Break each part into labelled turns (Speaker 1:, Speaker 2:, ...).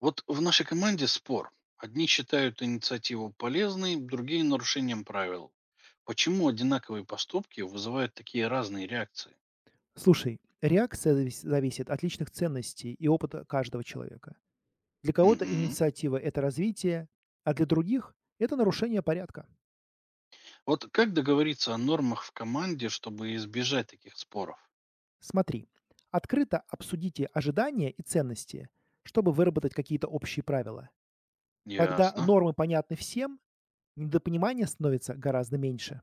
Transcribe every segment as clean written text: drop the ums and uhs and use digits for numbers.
Speaker 1: Вот в нашей команде спор. Одни считают инициативу полезной, другие нарушением правил. Почему одинаковые поступки вызывают такие разные реакции?
Speaker 2: Слушай, реакция зависит от личных ценностей и опыта каждого человека. Для кого-то
Speaker 1: Мгм.
Speaker 2: инициатива– это развитие, а для других– это нарушение порядка.
Speaker 1: Вот как договориться о нормах в команде, чтобы избежать таких споров?
Speaker 2: Смотри, открыто обсудите ожидания и ценности, чтобы выработать какие-то общие правила. Когда
Speaker 1: Ясно.
Speaker 2: нормы понятны всем, недопонимание становится гораздо меньше.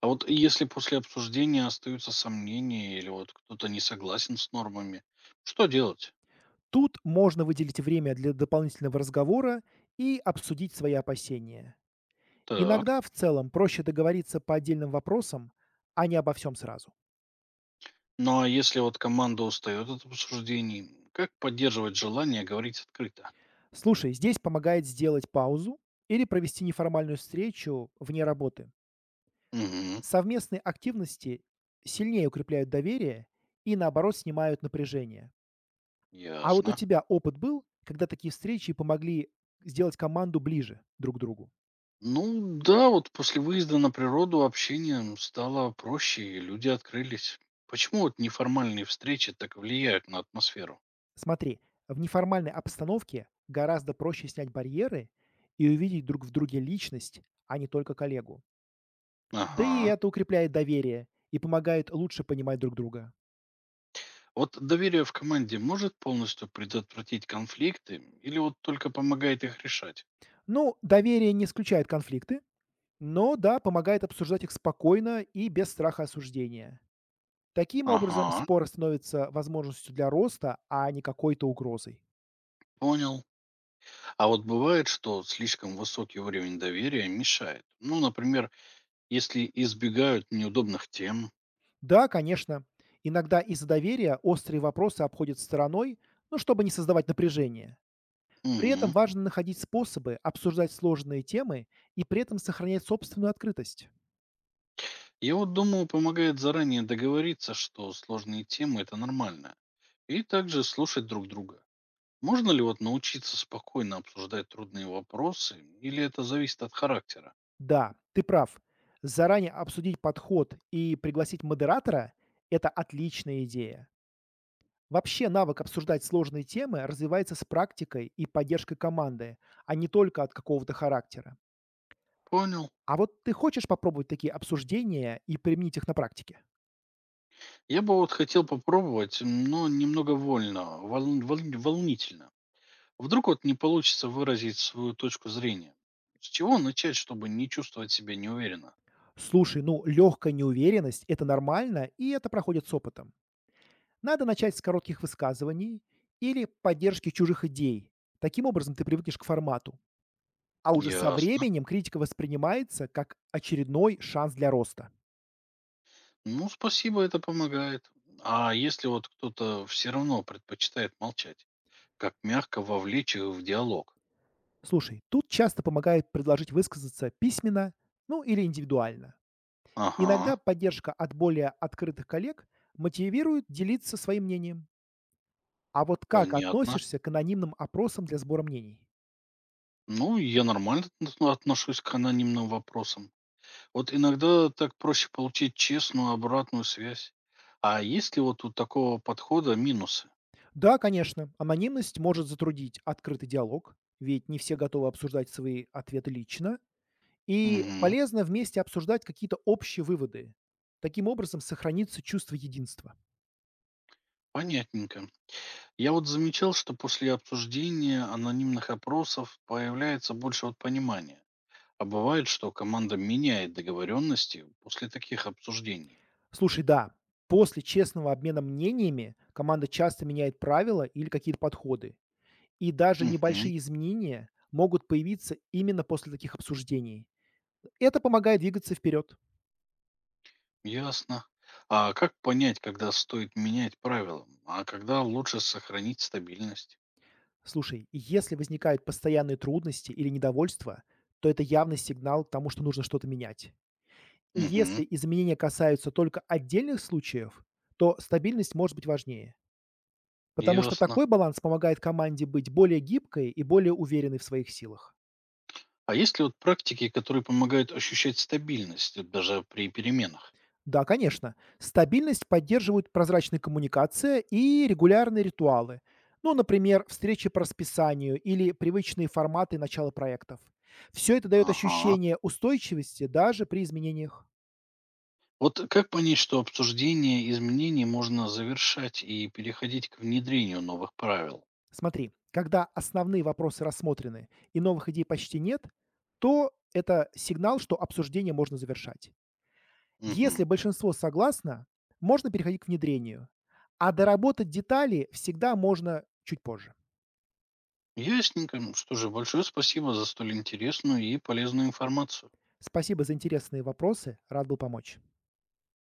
Speaker 1: А вот если после обсуждения остаются сомнения или вот кто-то не согласен с нормами, что делать?
Speaker 2: Тут можно выделить время для дополнительного разговора и обсудить свои опасения.
Speaker 1: Так.
Speaker 2: Иногда в целом проще договориться по отдельным вопросам, а не обо всем сразу.
Speaker 1: Ну а если вот команда устает от обсуждений, как поддерживать желание говорить открыто?
Speaker 2: Слушай, здесь помогает сделать паузу или провести неформальную встречу вне работы.
Speaker 1: Угу.
Speaker 2: Совместные активности сильнее укрепляют доверие и, наоборот, снимают напряжение. А вот у
Speaker 1: Ясно.
Speaker 2: тебя опыт был, когда такие встречи помогли сделать команду ближе друг к другу?
Speaker 1: Ну да, вот после выезда на природу общение стало проще, и люди открылись. Почему вот неформальные встречи так влияют на атмосферу?
Speaker 2: Смотри, в неформальной обстановке гораздо проще снять барьеры и увидеть друг в друге личность, а не только коллегу. Да и
Speaker 1: Ага.
Speaker 2: это укрепляет доверие и помогает лучше понимать друг друга.
Speaker 1: Вот доверие в команде может полностью предотвратить конфликты или вот только помогает их решать?
Speaker 2: Ну, доверие не исключает конфликты, но да, помогает обсуждать их спокойно и без страха осуждения. Таким образом,
Speaker 1: Ага,
Speaker 2: спор становится возможностью для роста, а не какой-то угрозой.
Speaker 1: понял. А вот бывает, что слишком высокий уровень доверия мешает. Ну, например, если избегают неудобных тем.
Speaker 2: Да, конечно, иногда из-за доверия острые вопросы обходят стороной, но чтобы не создавать напряжение. При этом
Speaker 1: Угу.
Speaker 2: важно находить способы обсуждать сложные темы и при этом сохранять собственную открытость.
Speaker 1: Я вот думаю, помогает заранее договориться, что сложные темы это нормально. И также слушать друг друга. Можно ли вот научиться спокойно обсуждать трудные вопросы, или это зависит от характера?
Speaker 2: Да, ты прав. Заранее обсудить подход и пригласить модератора– это отличная идея. Вообще навык обсуждать сложные темы развивается с практикой и поддержкой команды, а не только от какого-то характера.
Speaker 1: Понял.
Speaker 2: А вот ты хочешь попробовать такие обсуждения и применить их на практике?
Speaker 1: Я бы вот хотел попробовать, но немного волнительно. Вдруг вот не получится выразить свою точку зрения. С чего начать, чтобы не чувствовать себя неуверенно?
Speaker 2: Слушай, ну легкая неуверенность– это нормально, и это проходит с опытом. Надо начать с коротких высказываний или поддержки чужих идей. Таким образом ты привыкнешь к формату. А уже со
Speaker 1: Ясно.
Speaker 2: временем критика воспринимается как очередной шанс для роста.
Speaker 1: Ну, спасибо, это помогает. А если вот кто-то все равно предпочитает молчать, как мягко вовлечь их в диалог?
Speaker 2: Слушай, тут часто помогает предложить высказаться письменно, ну или индивидуально.
Speaker 1: Ага,
Speaker 2: Иногда поддержка от более открытых коллег мотивирует делиться своим мнением. А вот как
Speaker 1: понятно.
Speaker 2: относишься к анонимным опросам для сбора мнений?
Speaker 1: Ну, я нормально отношусь к анонимным вопросам. Вот иногда так проще получить честную обратную связь. А есть ли вот у такого подхода минусы?
Speaker 2: Да, конечно, анонимность может затруднить открытый диалог, ведь не все готовы обсуждать свои ответы лично. И
Speaker 1: Мгм.
Speaker 2: полезно вместе обсуждать какие-то общие выводы. Таким образом сохранится чувство единства.
Speaker 1: Понятненько. Я вот замечал, что после обсуждения анонимных опросов появляется больше вот понимания. А бывает, что команда меняет договоренности после таких обсуждений.
Speaker 2: Слушай, да, после честного обмена мнениями команда часто меняет правила или какие-то подходы. И даже
Speaker 1: Мгм.
Speaker 2: небольшие изменения могут появиться именно после таких обсуждений. Это помогает двигаться вперед.
Speaker 1: Ясно. А как понять, когда стоит менять правила, а когда лучше сохранить стабильность?
Speaker 2: Слушай, если возникают постоянные трудности или недовольство, то это явный сигнал к тому, что нужно что-то менять. И
Speaker 1: Мгм.
Speaker 2: если изменения касаются только отдельных случаев, то стабильность может быть важнее, потому что
Speaker 1: Ясно.
Speaker 2: такой баланс помогает команде быть более гибкой и более уверенной в своих силах.
Speaker 1: А есть ли вот практики, которые помогают ощущать стабильность даже при переменах?
Speaker 2: Да, конечно. Стабильность поддерживают прозрачная коммуникация и регулярные ритуалы. Ну, например, встречи по расписанию или привычные форматы начала проектов. Все это дает
Speaker 1: Ага.
Speaker 2: ощущение устойчивости даже при изменениях.
Speaker 1: Вот как понять, что обсуждение изменений можно завершать и переходить к внедрению новых правил?
Speaker 2: Смотри, когда основные вопросы рассмотрены и новых идей почти нет, то это сигнал, что обсуждение можно завершать.
Speaker 1: Мгм.
Speaker 2: Если большинство согласно, можно переходить к внедрению. А доработать детали всегда можно чуть позже.
Speaker 1: Ясненько. Ну что же, большое спасибо за столь интересную и полезную информацию.
Speaker 2: Спасибо за интересные вопросы. Рад был помочь.